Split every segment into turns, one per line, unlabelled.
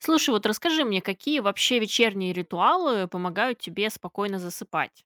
Слушай, вот расскажи мне, какие вообще вечерние ритуалы помогают тебе спокойно засыпать?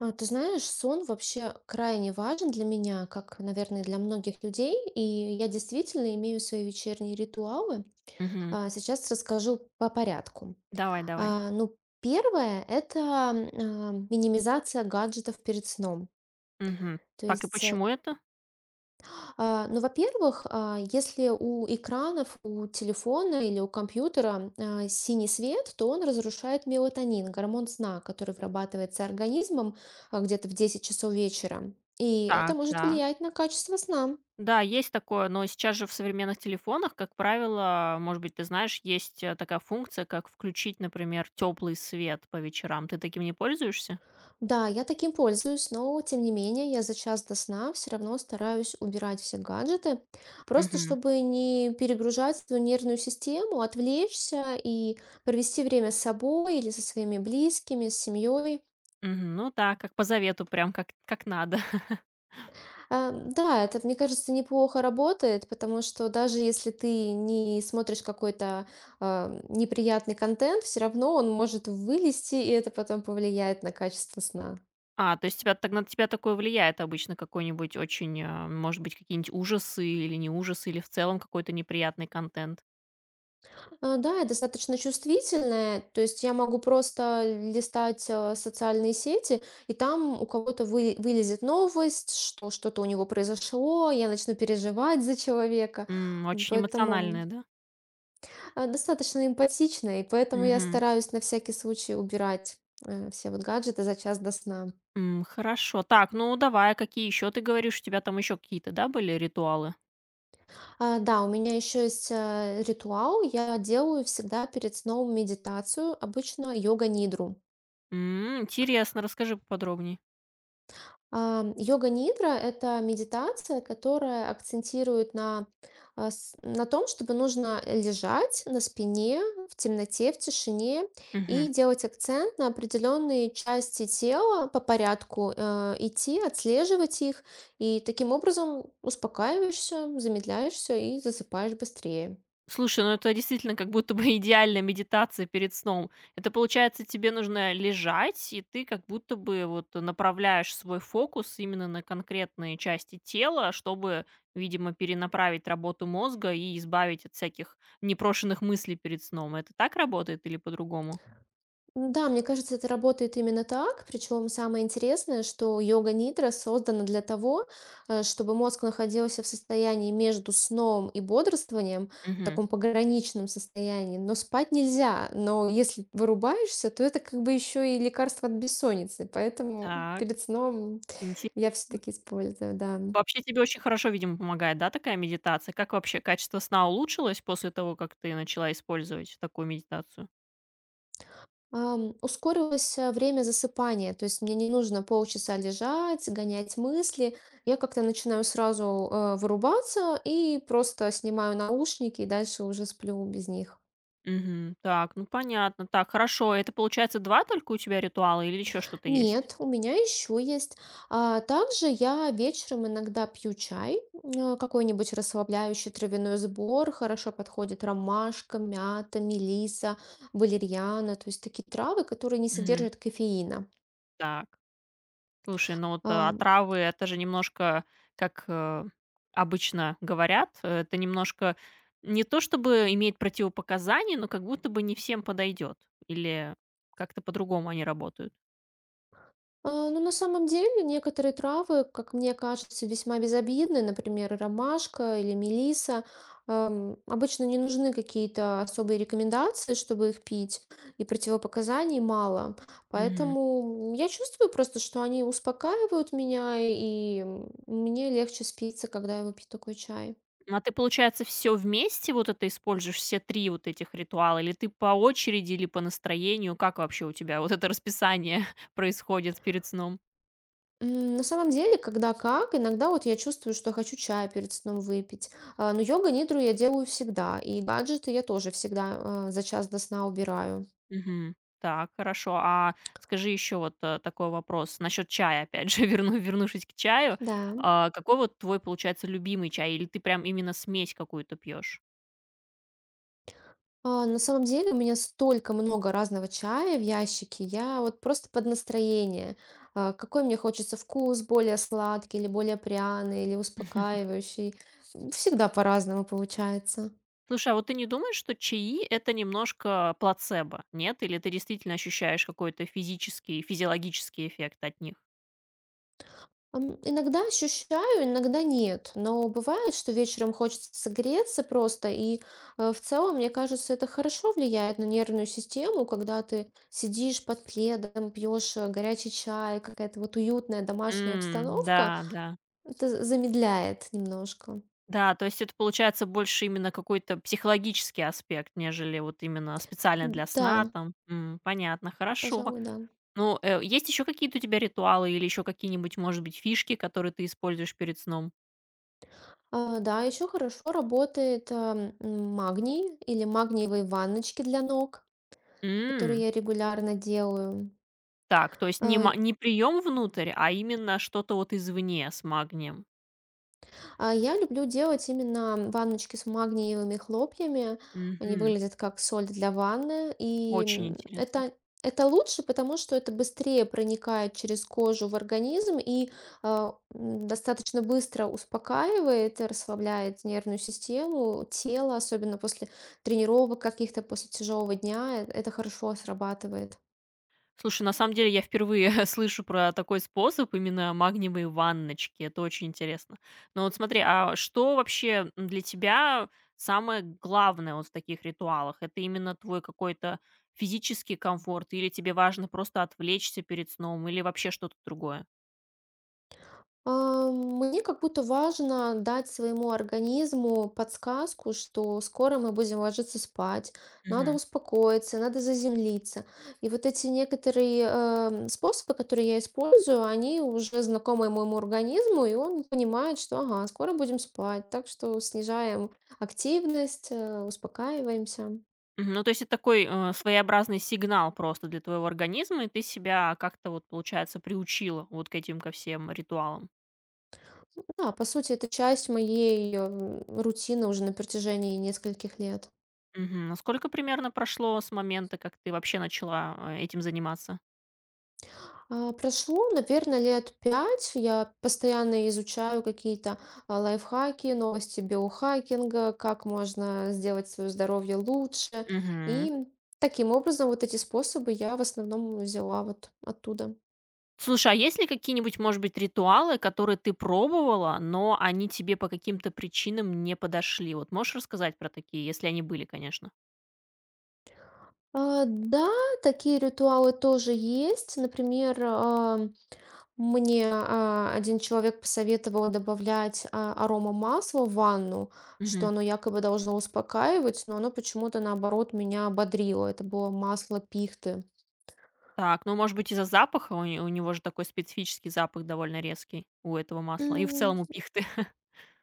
Ты знаешь, сон вообще крайне важен для меня, как, наверное, для многих людей, и я действительно имею свои вечерние ритуалы.
Мгм.
Сейчас расскажу по порядку.
Давай, давай.
Ну, первое– это минимизация гаджетов перед сном.
Мгм.
То
Так, и
есть.
почему это?
Ну, во-первых, если у экранов, у телефона или у компьютера синий свет, то он разрушает мелатонин, гормон сна, который вырабатывается организмом где-то в 10 часов вечера. И это
Так,
может
да.
влиять на качество сна.
Да, есть такое, но сейчас же в современных телефонах, как правило, может быть, ты знаешь, есть такая функция, как включить, например, теплый свет по вечерам. Ты таким не пользуешься?
Да, я таким пользуюсь, но тем не менее я за час до сна все равно стараюсь убирать все гаджеты, просто
Мгм.
чтобы не перегружать свою нервную систему, отвлечься и провести время с собой или со своими близкими, с семьей.
Мгм. Ну да, как по завету, прям как надо.
Да, это, мне кажется, неплохо работает, потому что даже если ты не смотришь какой-то, неприятный контент, все равно он может вылезти, и это потом повлияет на качество сна.
А, то есть тебя так на тебя такое влияет обычно какой-нибудь очень, может быть, какие-нибудь ужасы или не ужасы, или в целом какой-то неприятный контент.
Да, я достаточно чувствительная, то есть я могу просто листать, социальные сети, и там у кого-то вы вылезет новость, что что-то у него произошло, я начну переживать за человека,
М, очень
поэтому
эмоциональное, да?
Достаточно эмпатична, и поэтому я
Мгм.
стараюсь на всякий случай убирать, все вот гаджеты за час до сна.
М, хорошо. Так, ну давай, какие еще ты говоришь, у тебя там еще какие-то, да, были ритуалы?
Да, у меня еще есть, ритуал. Я делаю всегда перед сном медитацию, обычно йога-нидру.
М, интересно, расскажи поподробнее.
Йога нидра– это медитация, которая акцентирует на, на том, чтобы нужно лежать на спине в темноте, в тишине и делать акцент на определенные части тела по порядку, идти, отслеживать их, и таким образом успокаиваешься, замедляешься и засыпаешь быстрее.
Слушай, ну это действительно как будто бы идеальная медитация перед сном. Это получается, тебе нужно лежать, и ты как будто бы вот направляешь свой фокус именно на конкретные части тела, чтобы, видимо, перенаправить работу мозга и избавить от всяких непрошенных мыслей перед сном. Это так работает или по-другому?
Ну, да, мне кажется, это работает именно так. Причем самое интересное, что йога нидра создана для того, чтобы мозг находился в состоянии между сном и бодрствованием, в
Мгм.
таком пограничном состоянии. Но спать нельзя. Но если вырубаешься, то это как бы еще и лекарство от бессонницы. Поэтому
Так,
перед сном
интересно.
я все-таки использую, да.
Вообще тебе очень хорошо, видимо, помогает, да, такая медитация? Как вообще качество сна улучшилось после того, как ты начала использовать такую медитацию?
Ускорилось, время засыпания, то есть мне не нужно полчаса лежать, гонять мысли. Я как-то начинаю сразу, вырубаться и просто снимаю наушники и дальше уже сплю без них.
Мгм. Так, ну понятно. Так, хорошо. Это получается 2 только у тебя ритуала или еще что-то есть?
Нет, у меня еще есть. Также я вечером иногда пью чай, какой-нибудь расслабляющий травяной сбор. Хорошо подходит ромашка, мята, мелиса, валерьяна, то есть такие травы, которые не
Мгм.
содержат кофеина.
Так. Слушай, ну вот,
А,
отравы — это же немножко, как, обычно говорят, это немножко не то чтобы имеет противопоказания, но как будто бы не всем подойдет. Или как-то по-другому они работают?
Ну, на самом деле, некоторые травы, как мне кажется, весьма безобидны, например, ромашка или мелиса. Обычно не нужны какие-то особые рекомендации, чтобы их пить, и противопоказаний мало.
Мгм.
Поэтому я чувствую просто, что они успокаивают меня, и мне легче спится, когда я выпью такой чай.
Ну, а ты, получается, все вместе вот это используешь, все 3 вот этих ритуала, или ты по очереди, или по настроению? Как вообще у тебя вот это расписание происходит перед сном?
На самом деле, когда как, иногда вот я чувствую, что хочу чая перед сном выпить. Но йога-нидру я делаю всегда, и гаджеты я тоже всегда за час до сна убираю.
Мгм. Так, хорошо. А скажи еще вот, такой вопрос насчет чая, опять же, вернувшись к чаю.
Да.
А, какой вот твой, получается, любимый чай? Или ты прям именно смесь какую-то пьешь?
На самом деле у меня столько много разного чая в ящике, я вот просто под настроение. Какой мне хочется вкус, более сладкий или более пряный, или успокаивающий. Всегда по-разному получается.
Слушай, а вот ты не думаешь, что чаи — это немножко плацебо, нет? Или ты действительно ощущаешь какой-то физический, физиологический эффект от них?
Иногда ощущаю, иногда нет. Но бывает, что вечером хочется согреться просто, и, в целом, мне кажется, это хорошо влияет на нервную систему, когда ты сидишь под пледом, пьешь, горячий чай, какая-то вот уютная домашняя
М,
обстановка.
да, да.
Это замедляет немножко.
Да, то есть это получается больше именно какой-то психологический аспект, нежели вот именно специально для
Да,
сна там. М, понятно, хорошо.
пожалуй, да.
Ну, есть еще какие-то у тебя ритуалы или еще какие-нибудь, может быть, фишки, которые ты используешь перед сном?
Да, еще хорошо работает, магний или магниевые ванночки для ног, которые
М,
я регулярно делаю.
так, то есть
А
не прием внутрь, а именно что-то вот извне с магнием.
Я люблю делать именно ванночки с магниевыми хлопьями. Они
Мгм.
выглядят как соль для ванны. И,
Очень интересно.
это лучше, потому что это быстрее проникает через кожу в организм и, достаточно быстро успокаивает, расслабляет нервную систему, тело, особенно после тренировок каких-то, после тяжелого дня. Это хорошо срабатывает.
Слушай, на самом деле я впервые слышу про такой способ, именно магниевые ванночки. Это очень интересно. Но вот смотри, а что вообще для тебя самое главное вот в таких ритуалах? Это именно твой какой-то физический комфорт, или тебе важно просто отвлечься перед сном, или вообще что-то другое?
Мне как будто важно дать своему организму подсказку, что скоро мы будем ложиться спать, надо
Мгм.
успокоиться, надо заземлиться. И вот эти некоторые способы, которые я использую, они уже знакомы моему организму, и он понимает, что ага, скоро будем спать, так что снижаем активность, успокаиваемся.
Мгм. Ну, то есть это такой своеобразный сигнал просто для твоего организма, и ты себя как-то вот, получается, приучила вот к этим ко всем ритуалам.
Ну, да, по сути, это часть моей рутины уже на протяжении нескольких лет.
Мгм. А сколько примерно прошло с момента, как ты вообще начала, этим заниматься?
Прошло, наверное, лет пять. Я постоянно изучаю какие-то лайфхаки, новости биохакинга, как можно сделать свое здоровье лучше.
Мгм.
И таким образом вот эти способы я в основном взяла вот оттуда.
Слушай, а есть ли какие-нибудь, может быть, ритуалы, которые ты пробовала, но они тебе по каким-то причинам не подошли? Вот можешь рассказать про такие, если они были, конечно?
Да, такие ритуалы тоже есть. Например, мне, один человек посоветовал добавлять, аромамасло в ванну, что
Мгм.
оно якобы должно успокаивать, но оно почему-то, наоборот, меня ободрило. Это было масло пихты.
Так, ну, может быть, из-за запаха? У не У него же такой специфический запах довольно резкий, у этого масла, и в
М,
целом у пихты.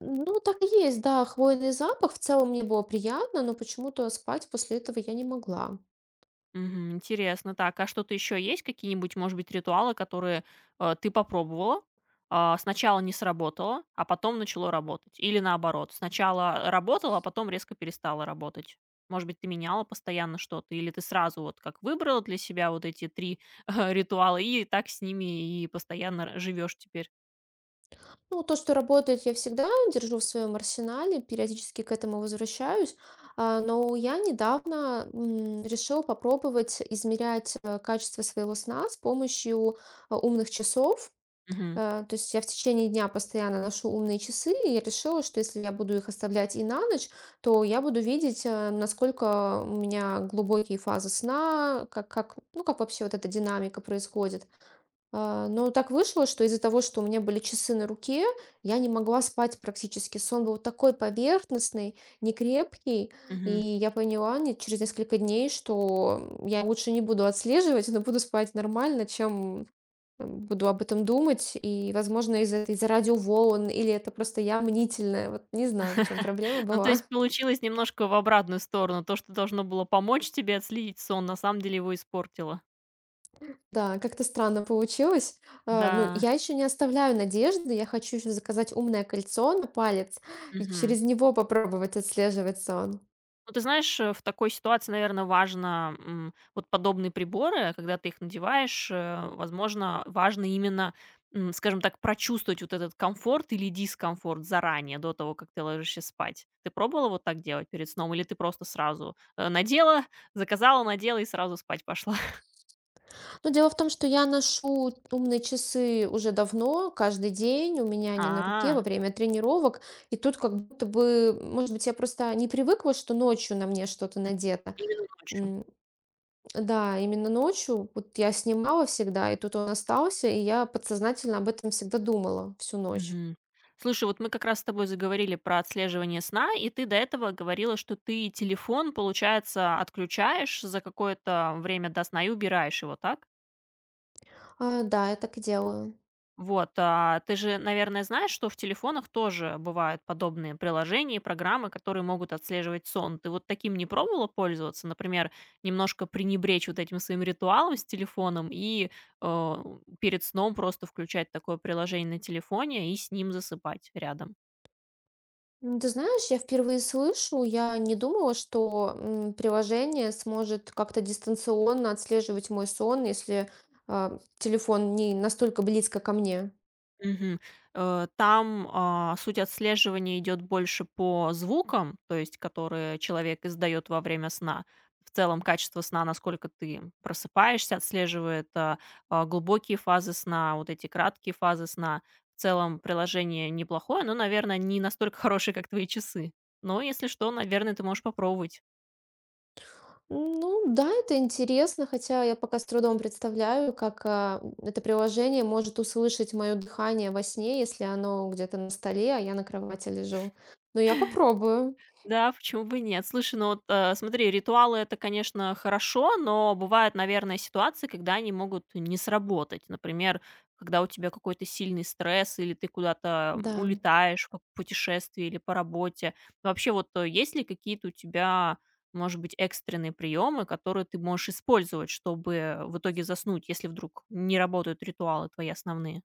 ну, так и есть, да, хвойный запах. В целом мне было приятно, но почему-то спать после этого я не могла.
Мгм. Интересно. Так, а что-то еще есть? Какие-нибудь, может быть, ритуалы, которые ты попробовала, сначала не сработало, а потом начало работать? Или наоборот, сначала работало, а потом резко перестало работать? Может быть, ты меняла постоянно что-то? Или ты сразу вот как выбрала для себя вот эти три ритуала и так с ними и постоянно живешь теперь?
Ну, то, что работает, я всегда держу в своем арсенале, периодически к этому возвращаюсь. Но я недавно решила попробовать измерять качество своего сна с помощью умных часов.
Мгм.
То есть я в течение дня постоянно ношу умные часы, и я решила, что если я буду их оставлять и на ночь, то я буду видеть, насколько у меня глубокие фазы сна, ну, как вообще вот эта динамика происходит. Но так вышло, что из-за того, что у меня были часы на руке, я не могла спать практически. Сон был такой поверхностный, некрепкий, и
Мгм.
я поняла через несколько дней, что я лучше не буду отслеживать, но буду спать нормально, чем буду об этом думать. И, возможно, из-за из радиоволн, или это просто я мнительная. Вот не знаю, в чем проблема
Ну, то
была.
есть получилось немножко в обратную сторону. То, что должно было помочь тебе отследить сон, на самом деле его испортило.
Да, как-то странно получилось. Ну,
Да.
я еще не оставляю надежды. Я хочу еще заказать умное кольцо на палец и
Мгм.
через него попробовать отслеживать сон.
Ну, ты знаешь, в такой ситуации, наверное, важно, м, вот подобные приборы, когда ты их надеваешь, возможно, важно именно, м, скажем так, прочувствовать вот этот комфорт или дискомфорт заранее, до того, как ты ложишься спать. Ты пробовала вот так делать перед сном или ты просто сразу, надела, заказала, надела и сразу спать пошла?
Но дело в том, что я ношу умные часы уже давно, каждый день. У меня они на руке во
А,
время тренировок. И тут как будто бы, может быть, я просто не привыкла, что ночью на мне что-то надето.
именно ночью.
М, Да, именно ночью. Вот я снимала всегда, и тут он остался, и я подсознательно об этом всегда думала всю ночь.
Мгм. Слушай, вот мы как раз с тобой заговорили про отслеживание сна, и ты до этого говорила, что ты телефон, получается, отключаешь за какое-то время до сна и убираешь его, так?
Да, я так и делаю.
Вот, а, ты же, наверное, знаешь, что в телефонах тоже бывают подобные приложения и программы, которые могут отслеживать сон. Ты вот таким не пробовала пользоваться? Например, немножко пренебречь вот этим своим ритуалом с телефоном и э, перед сном просто включать такое приложение на телефоне и с ним засыпать рядом.
Ну, ты знаешь, я впервые слышу, я не думала, что приложение сможет как-то дистанционно отслеживать мой сон, если телефон не настолько близко ко мне.
Мгм. Там, суть отслеживания идет больше по звукам, то есть которые человек издает во время сна. В целом качество сна, насколько ты просыпаешься, отслеживает, глубокие фазы сна, вот эти краткие фазы сна. В целом приложение неплохое, но, наверное, не настолько хорошее, как твои часы. Но если что, наверное, ты можешь попробовать.
Ну да, это интересно, хотя я пока с трудом представляю, как это приложение может услышать мое дыхание во сне, если оно где-то на столе, а я на кровати лежу. Но я попробую.
Да, почему бы и нет? Слушай, ну вот, смотри, ритуалы — это, конечно, хорошо, но бывают, наверное, ситуации, когда они могут не сработать. Например, когда у тебя какой-то сильный стресс или ты куда-то
Да.
м, улетаешь по путешествии или по работе. Вообще, вот есть ли какие-то у тебя, может быть, экстренные приемы, которые ты можешь использовать, чтобы в итоге заснуть, если вдруг не работают ритуалы твои основные?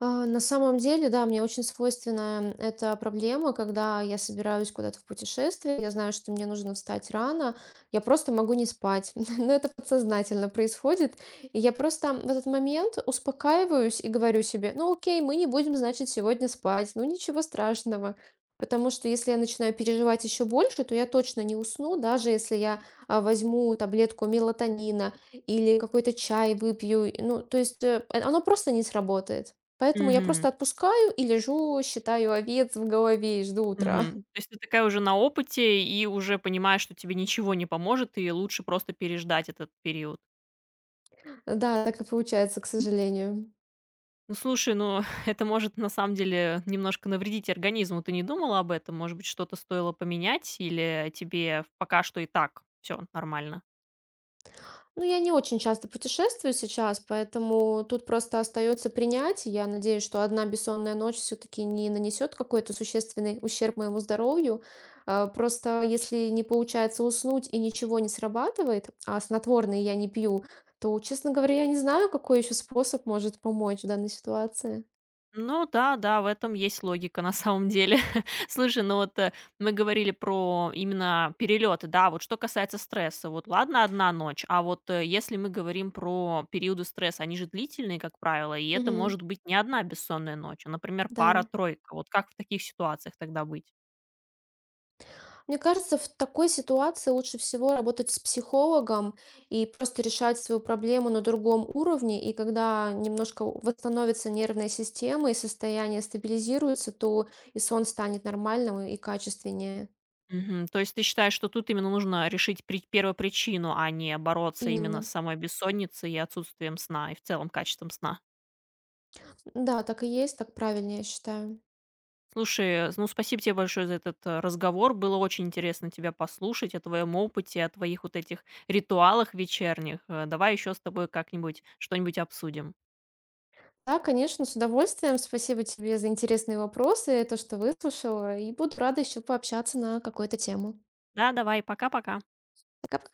На самом деле, да, мне очень свойственна эта проблема, когда я собираюсь куда-то в путешествие, я знаю, что мне нужно встать рано, я просто могу не спать. Но это подсознательно происходит. И я просто в этот момент успокаиваюсь и говорю себе, ну окей, мы не будем, значит, сегодня спать, ну ничего страшного. Потому что если я начинаю переживать еще больше, то я точно не усну, даже если я возьму таблетку мелатонина или какой-то чай выпью. Ну, то есть оно просто не сработает. Поэтому я
Мгм.
просто отпускаю и лежу, считаю овец в голове и жду утра.
Мгм. То есть ты такая уже на опыте и уже понимаешь, что тебе ничего не поможет, и лучше просто переждать этот период.
Да, так и получается, к сожалению.
Ну, слушай, ну, это может на самом деле немножко навредить организму. Ты не думала об этом? Может быть, что-то стоило поменять, или тебе пока что и так все нормально?
Ну, я не очень часто путешествую сейчас, поэтому тут просто остается принять. Я надеюсь, что одна бессонная ночь все-таки не нанесет какой-то существенный ущерб моему здоровью. Просто если не получается уснуть и ничего не срабатывает, а снотворные я не пью, то, честно говоря, я не знаю, какой еще способ может помочь в данной ситуации.
Ну да, да, в этом есть логика на самом деле. Слушай, ну вот мы говорили про именно перелеты, да, вот что касается стресса, вот ладно одна ночь, а вот если мы говорим про периоды стресса, они же длительные, как правило, и это
Мгм.
может быть не одна бессонная ночь, а, например,
Да.
пара-тройка. Вот как в таких ситуациях тогда быть?
Мне кажется, в такой ситуации лучше всего работать с психологом и просто решать свою проблему на другом уровне. И когда немножко восстановится нервная система и состояние стабилизируется, то и сон станет нормальным и качественнее.
Мгм. То есть ты считаешь, что тут именно нужно решить первопричину, а не бороться именно с
Именно.
самой бессонницей и отсутствием сна, и в целом качеством сна?
Да, так и есть, так правильнее, я считаю.
Слушай, ну спасибо тебе большое за этот разговор. Было очень интересно тебя послушать о твоем опыте, о твоих вот этих ритуалах вечерних. Давай еще с тобой как-нибудь что-нибудь обсудим.
Да, конечно, с удовольствием. Спасибо тебе за интересные вопросы, то, что выслушала, и буду рада еще пообщаться на какую-то тему.
Да, давай, пока-пока.
Пока-пока.